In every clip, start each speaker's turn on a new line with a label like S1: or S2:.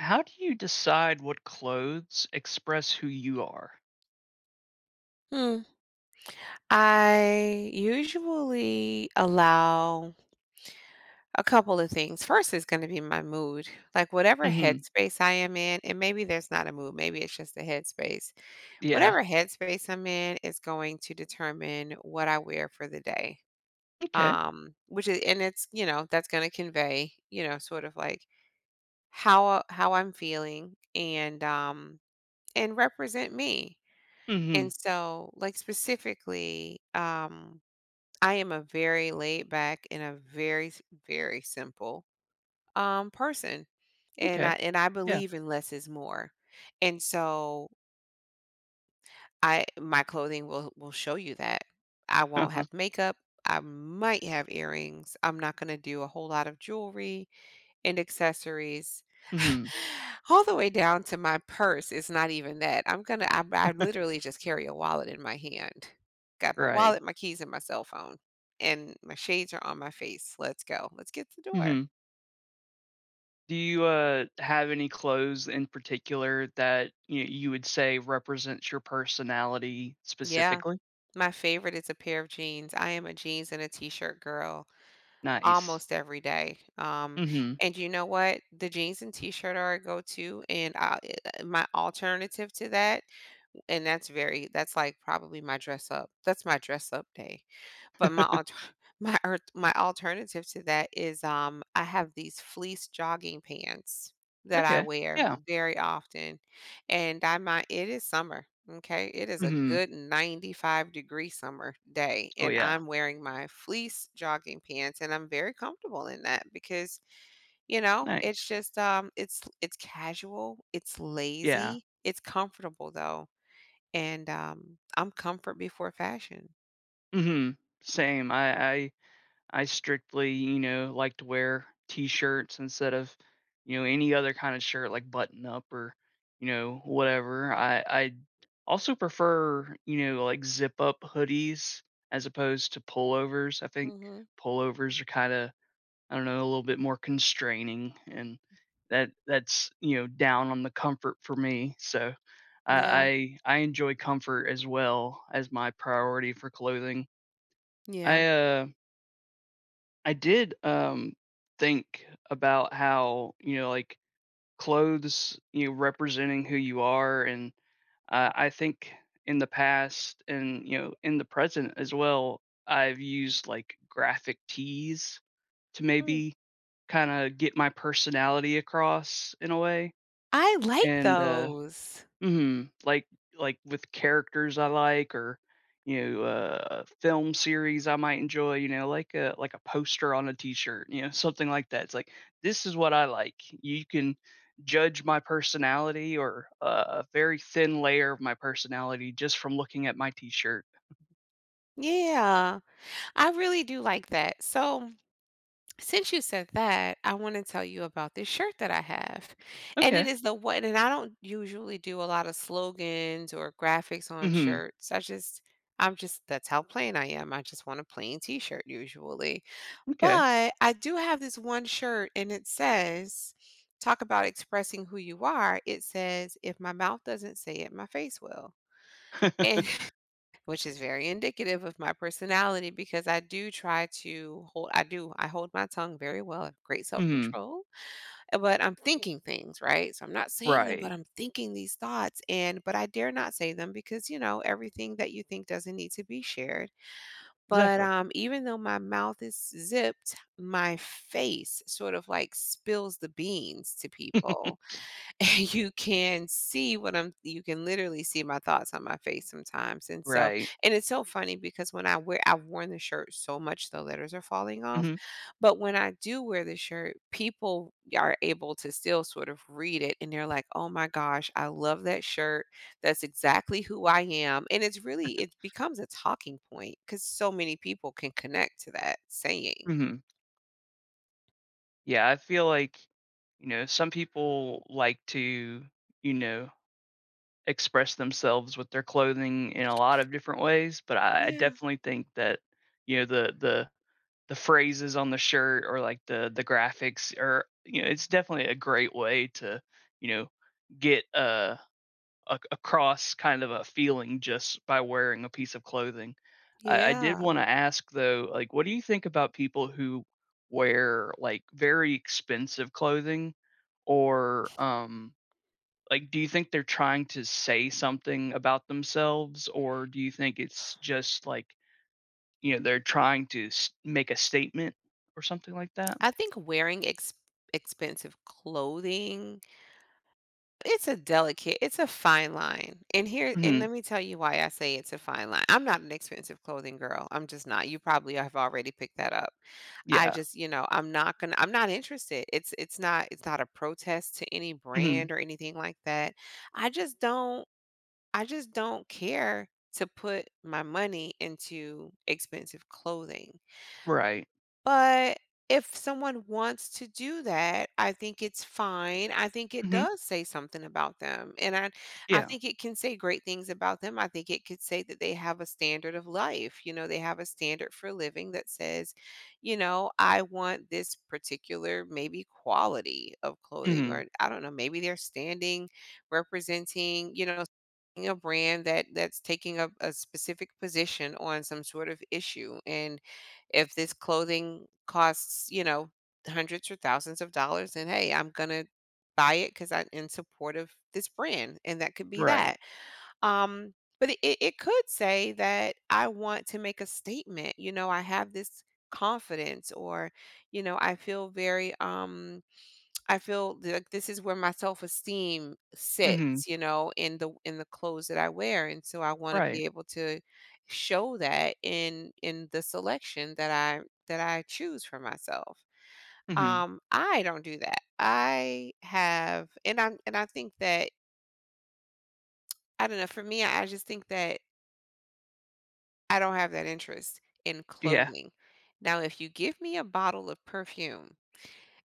S1: How do you decide what clothes express who you are?
S2: Hmm. I usually allow a couple of things. First is going to be my mood, like whatever
S1: Mhm.
S2: headspace I am in, and maybe there's not a mood, maybe it's just a headspace.
S1: Yeah.
S2: Whatever headspace I'm in is going to determine what I wear for the day.
S1: Okay.
S2: Which is, and it's, you know, that's going to convey, you know, sort of like how I'm feeling, and represent me.
S1: Mhm.
S2: And so, like specifically, I am a very laid back and a very simple person. And
S1: Okay.
S2: I
S1: Yeah.
S2: believe in less is more. And so I my clothing will show you that. I won't
S1: Uh-huh.
S2: have makeup. I might have earrings. I'm not going to do a whole lot of jewelry and accessories
S1: Mhm.
S2: all the way down to my purse. It's not even that. I literally just carry a wallet in my hand. Got my
S1: Right.
S2: wallet, my keys, and my cell phone. And my shades are on my face. Let's go. Let's get to the door.
S1: Mhm. Do you, have any clothes in particular that you would say represents your personality
S2: Yeah.
S1: specifically?
S2: My favorite is a pair of jeans. I am a jeans and a t-shirt girl
S1: Nice.
S2: almost every day.
S1: Mhm.
S2: And you know what? The jeans and t-shirt are a go-to, and my alternative to that. And that's very that's, like, probably my dress up. That's my dress up day. But my alter my alternative to that is, I have these fleece jogging pants that I
S1: Okay.
S2: wear
S1: Yeah.
S2: very often, and I might it is summer, okay. It is a
S1: Mhm.
S2: good 95-degree summer day,
S1: Oh,
S2: and
S1: yeah.
S2: I'm wearing my fleece jogging pants, and I'm very comfortable in that because, you know, it's
S1: Nice.
S2: just, it's casual, it's
S1: Yeah.
S2: lazy, it's comfortable, though. And, I'm comfort before fashion.
S1: Mhm. Same. I strictly, like to wear t-shirts instead of, any other kind of shirt like button up or, whatever. I also prefer, like zip up hoodies as opposed to pullovers. I think
S2: Mhm.
S1: pullovers are kind of, I don't know, a little bit more constraining and that's down on the comfort for me. So
S2: Yeah,
S1: I enjoy comfort as well as my priority for clothing. I
S2: yeah.
S1: uh I did think about how, like clothes, representing who you are and I think in the past and, in the present as well, I've used like graphic tees to
S2: Hmm.
S1: maybe kind of get my personality across in a way.
S2: I like
S1: And uh,
S2: those.
S1: mhm. Like with characters I like or, a film series I might enjoy, like a poster on a T-shirt, something like that. It's like, "This is what I like." You can judge my personality or a very thin layer of my personality just from looking at my T-shirt.
S2: Yeah, I really do like that. So, since you said that, I wanna tell you about this shirt that I have, and it
S1: Okay.
S2: is the one, and I don't usually do a lot of slogans or graphics on
S1: Mhm.
S2: shirts. I'm just that's how plain I am. I just want a plain t-shirt usually.
S1: Okay.
S2: But I do have this one shirt and it says, talk about expressing who you are. It says, if my mouth doesn't say it, my face will. And which is very indicative of my personality because I do, I hold my tongue very well, I have great self
S1: Mhm.
S2: control, but I'm thinking things, right? So I'm not saying them,
S1: Right.
S2: but I'm thinking these thoughts. And, but I dare not say them because, you know, everything that you think doesn't need to be shared. But
S1: Exactly.
S2: even though my mouth is zipped, my face sort of like spills the beans to people. you can see what I'm you can literally see my thoughts on my face sometimes. And so,
S1: Right.
S2: and it's so funny because when I wear I've worn the shirt so much the letters are falling off.
S1: Mhm.
S2: But when I do wear the shirt, people are able to still sort of read it and they're like, "Oh my gosh, I love that shirt. That's exactly who I am." And it becomes a talking point cuz so many people can connect to that saying.
S1: Mhm. Yeah, I feel like, some people like to, you know express themselves with their clothing in a lot of different ways, but I
S2: Yeah.
S1: definitely think that you know the the the phrases on the shirt or like the graphics or it's definitely a great way to you know get a across kind of a feeling just by wearing a piece of clothing. I did
S2: Yeah.
S1: want to ask though, like, what do you think about people who wear like very expensive clothing or like, do you think they're trying to say something about themselves, or do you think it's just like, they're trying to make a statement or something like that?
S2: I think wearing expensive clothing. It's a fine line, and here and
S1: Hmm.
S2: let me tell you why I say it's a fine line. I'm not an expensive clothing girl, I'm just not. You probably have already picked that up. I
S1: Yeah.
S2: just, you know, I'm not interested. It's not a protest to any
S1: Hmm.
S2: brand or anything like that. I just don't I just don't care to put my money into expensive clothing.
S1: Right.
S2: But if someone wants to do that, I think it's fine. I think it
S1: Hmm.
S2: does say something about them. And I
S1: Yeah.
S2: think it can say great things about them. I think it could say that they have a standard of life. You know, they have a standard for living that says, you know, I want this particular maybe quality of clothing,
S1: Hmm.
S2: or I don't know, maybe they're standing representing, you know, a brand that that's taking up a specific position on some sort of issue, and if this clothing costs, you know, hundreds or thousands of dollars, then hey, I'm gonna buy it because I'm in support of this brand, and that could be
S1: Right.
S2: that. Um, but it it could say that I want to make a statement. You know, I have this confidence, or you know, I feel very I feel like this is where my self-esteem
S1: Hmm.
S2: sits, you know, in the clothes that I wear, and so I wanna
S1: Right.
S2: be able to show that in the selection that I choose for myself.
S1: Hmm.
S2: I don't do that. I have and I think that, I don't know, for me, I just think that I don't have that interest in
S1: Yeah.
S2: clothing. Now, if you give me a bottle of perfume,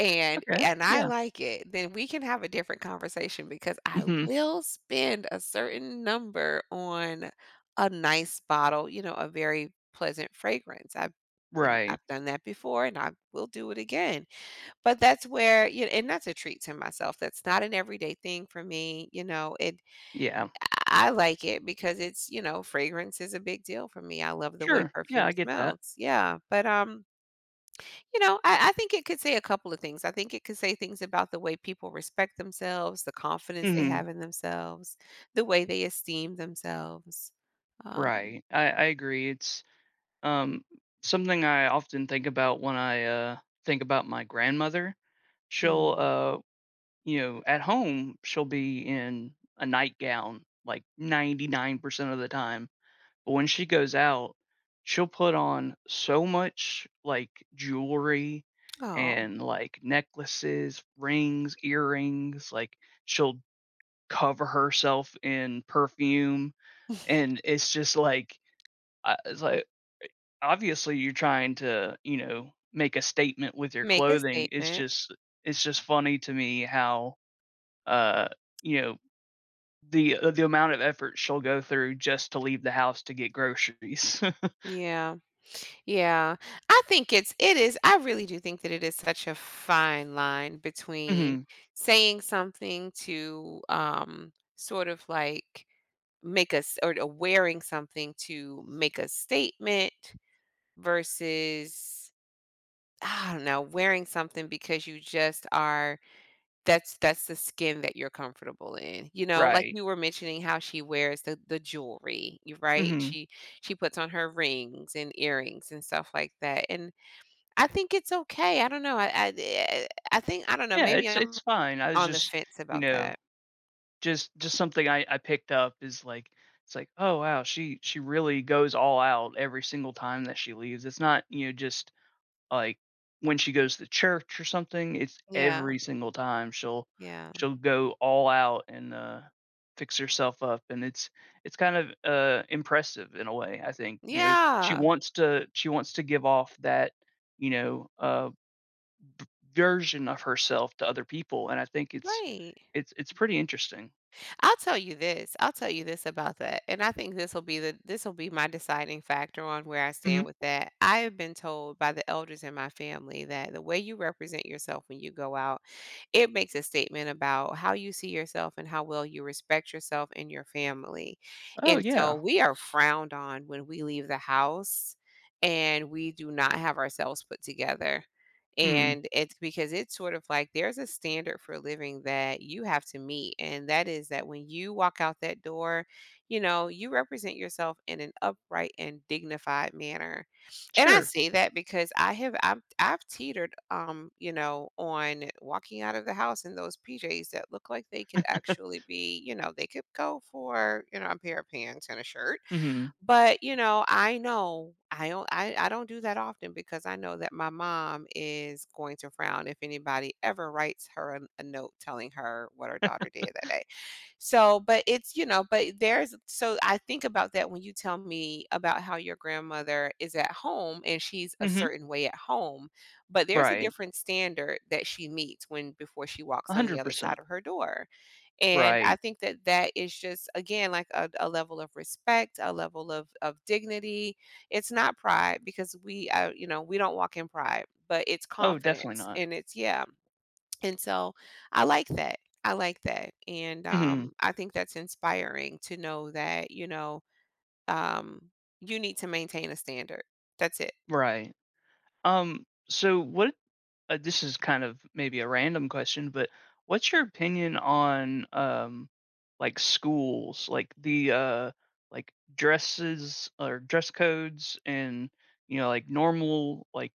S2: and
S1: Okay.
S2: I
S1: Yeah.
S2: like it, then we can have a different conversation because I
S1: Hmm.
S2: will spend a certain number on a nice bottle, you know, a very pleasant fragrance. I've been
S1: Right.
S2: I've done that before, and I will do it again. But that's where, you know, and that's a treat to myself. That's not an everyday thing for me, you know. It
S1: Yeah.
S2: I like it because it's, you know, fragrance is a big deal for me. I love the way
S1: Sure. Yeah, I
S2: perfume
S1: get that.
S2: smells. Yeah. But you know, I think it could say a couple of things. I think it could say things about the way people respect themselves, the confidence they
S1: Hmm.
S2: have in themselves, the way they esteem themselves. Um,
S1: Right. I agree. It's um something I often think about when I think about my grandmother. She'll
S2: mm,
S1: uh at home, she'll be in a nightgown like 99% of the time. But when she goes out, she'll put on so much like jewelry
S2: oh,
S1: and like necklaces, rings, earrings. Like she'll cover herself in perfume. And it's just like, it's like, obviously you're trying to, make a statement with your
S2: make a
S1: clothing. It's
S2: statement.
S1: just, it's just funny to me how uh, you know, the amount of effort she'll go through just to leave the house to get groceries.
S2: Yeah. Yeah. I really do think that it is such a fine line between
S1: Mhm.
S2: saying something to sort of like make us or wearing something to make a statement versus, I don't know, wearing something because you just are, that's the skin that you're comfortable in. You know, like
S1: Right.
S2: you were mentioning how she wears the jewelry, you right?
S1: Mhm.
S2: She puts on her rings and earrings and stuff like that. And I think it's okay. I don't know. I don't know,
S1: Yeah,
S2: maybe I'm
S1: it's fine. I was
S2: on the
S1: just,
S2: fence
S1: you
S2: about that.
S1: know, just something I picked up is like it's like, "Oh, wow, she really goes all out every single time that she leaves." It's not, just like, when she goes to church or something, it's
S2: Yeah,
S1: every single time she'll
S2: yeah.
S1: she'll go all out and, fix herself up, and it's kind of, impressive in a way, I think, she
S2: Yeah.
S1: wants to she wants to give off that, you know, uh, version of herself to other people, and I think it's
S2: Right.
S1: it's it's pretty interesting.
S2: I'll tell you this. I'll tell you this about that. And I think this will be the this will be my deciding factor on where I stand
S1: Mhm.
S2: with that. I have been told by the elders in my family that the way you represent yourself when you go out, it makes a statement about how you see yourself and how well you respect yourself and your family.
S1: Oh,
S2: And so
S1: yeah.
S2: we are frowned on when we leave the house and we do not have ourselves put together.
S1: Hmm.
S2: And it's because it's sort of like there's a standard for living that you have to meet. And that is that when you walk out that door, you know, you represent yourself in an upright and dignified manner. And I
S1: Sure.
S2: say that because I've teetered you know, on walking out of the house in those PJs that look like they could actually be, you know, they could go for, you know, a pair of pants and a shirt,
S1: Mhm.
S2: but, you know, I don't do that often because I know that my mom is going to frown if anybody ever writes her a note telling her what her daughter did that day. So, but it's, you know, but there's so I think about that when you tell me about how your grandmother is at home and she's a
S1: Mhm.
S2: certain way at home, but there's a
S1: Right.
S2: different standard that she meets when before she walks on the other side
S1: 100%.
S2: of her door. And I
S1: Right.
S2: think that that is just, again, like a level of respect, a level of dignity. It's not pride because we, you know, we don't walk in pride, but it's
S1: Oh, definitely
S2: confidence
S1: not.
S2: and it's, yeah. And so I like that. I like that. And
S1: Mhm.
S2: I think that's inspiring to know that, you know, um, you need to maintain a standard. That's it.
S1: Right. So what this is kind of maybe a random question, but what's your opinion on like schools, like the like dresses or dress codes and like normal like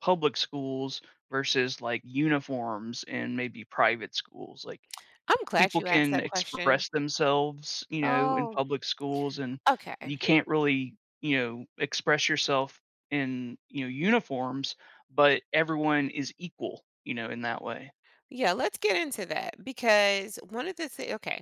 S1: public schools versus like uniforms and maybe private schools? Like
S2: I'm glad
S1: people
S2: you asked
S1: can
S2: that question.
S1: express themselves, in
S2: Oh,
S1: public schools, and
S2: okay.
S1: you can't really, express yourself in, uniforms, but everyone is equal, in that way.
S2: Yeah, let's get into that because one of the things, okay.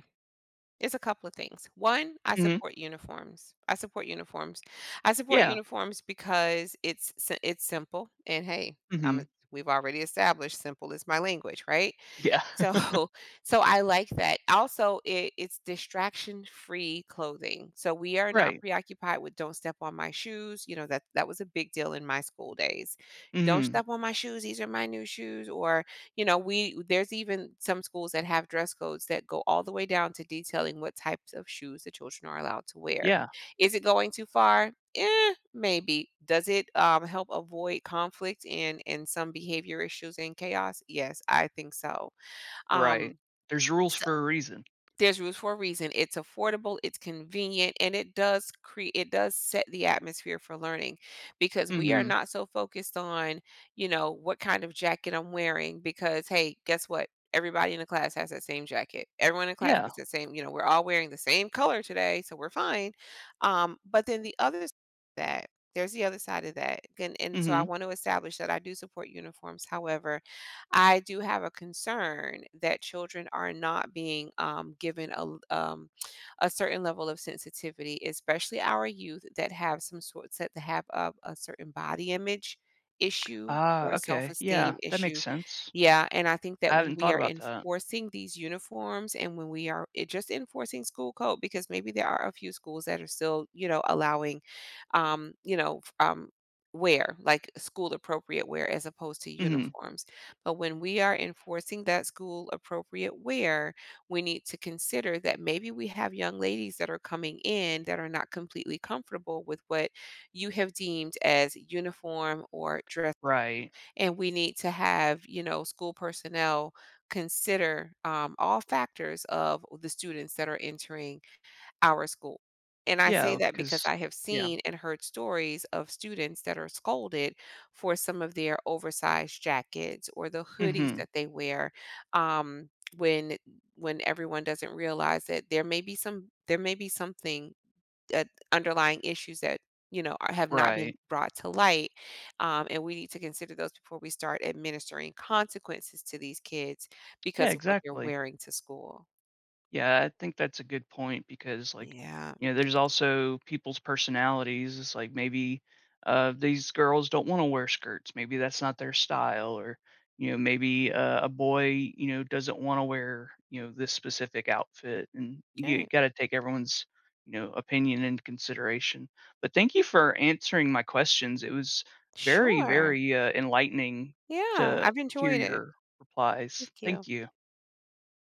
S2: It's a couple of things. One, I
S1: Mhm.
S2: support uniforms. I support uniforms. I support
S1: Yeah.
S2: uniforms because it's simple, and hey, I'm a-
S1: Mhm.
S2: we've already established simple is my language, right?
S1: Yeah.
S2: So so I like that. Also, it's distraction-free clothing. So we are not
S1: Right.
S2: preoccupied with "Don't step on my shoes." You know, that was a big deal in my school days. "Don't
S1: Mhm.
S2: step on my shoes. These are my new shoes." Or, you know, we there's even some schools that have dress codes that go all the way down to detailing what types of shoes the children are allowed to wear.
S1: Yeah.
S2: Is it going too far? Eh, maybe. Does it, help avoid conflict and some behavior issues and chaos? Yes, I think so.
S1: Right.
S2: Um,
S1: There's rules
S2: so
S1: for a reason.
S2: there's roots for a reason. It's affordable, it's convenient, and it does set the atmosphere for learning because we are
S1: Mhm.
S2: not so focused on, you know, what kind of jacket I'm wearing because hey, guess what? Everybody in the class has that same jacket. Everyone in class
S1: Yeah.
S2: is the same, you know, we're all wearing the same color today, so we're fine. But then the other s- that there's the other side of that. And so I
S1: Mhm.
S2: want to establish that I do support uniforms. However, I do have a concern that children are not being given a certain level of sensitivity, especially our youth that have some sort that have a certain body image issue
S1: Ah,
S2: or
S1: okay.
S2: self-esteem
S1: Yeah, that makes
S2: issue.
S1: sense.
S2: Yeah, and I think
S1: I
S2: that when
S1: haven't
S2: we
S1: thought
S2: are
S1: about that.
S2: enforcing these uniforms and when we are just enforcing school code, because maybe there are a few schools that are still, you know, allowing, um, you know, f- um, wear like school appropriate wear as opposed to
S1: Mhm.
S2: uniforms, but when we are enforcing that school appropriate wear, we need to consider that maybe we have young ladies that are coming in that are not completely comfortable with what you have deemed as uniform or dress.
S1: Right.
S2: And we need to have, you know, school personnel consider all factors of the students that are entering our school. And
S1: Because.
S2: I say
S1: Yeah,
S2: that because
S1: 'cause
S2: I have
S1: yeah.
S2: seen and heard stories of students that are scolded for some of their oversized jackets or the hoodies
S1: Mhm.
S2: that they wear, um, when when everyone doesn't realize that there may be some there may be something uh, underlying issues that you know are, have not been
S1: Right.
S2: brought to light, and we need to consider those before we start administering consequences to these kids
S1: Yeah,
S2: because of what they're
S1: exactly.
S2: wearing to school.
S1: Yeah, I think that's a good point because, like,
S2: Yeah.
S1: there's also people's personalities. It's like maybe these girls don't want to wear skirts. Maybe that's not their style, or maybe a boy, doesn't want to wear this specific outfit, and you
S2: Okay.
S1: got to take everyone's opinion into consideration. But thank you for answering my questions. It was very,
S2: Sure.
S1: very enlightening
S2: Yeah,
S1: to
S2: I've
S1: hear
S2: enjoyed it.
S1: your replies.
S2: Thank you.
S1: Thank you.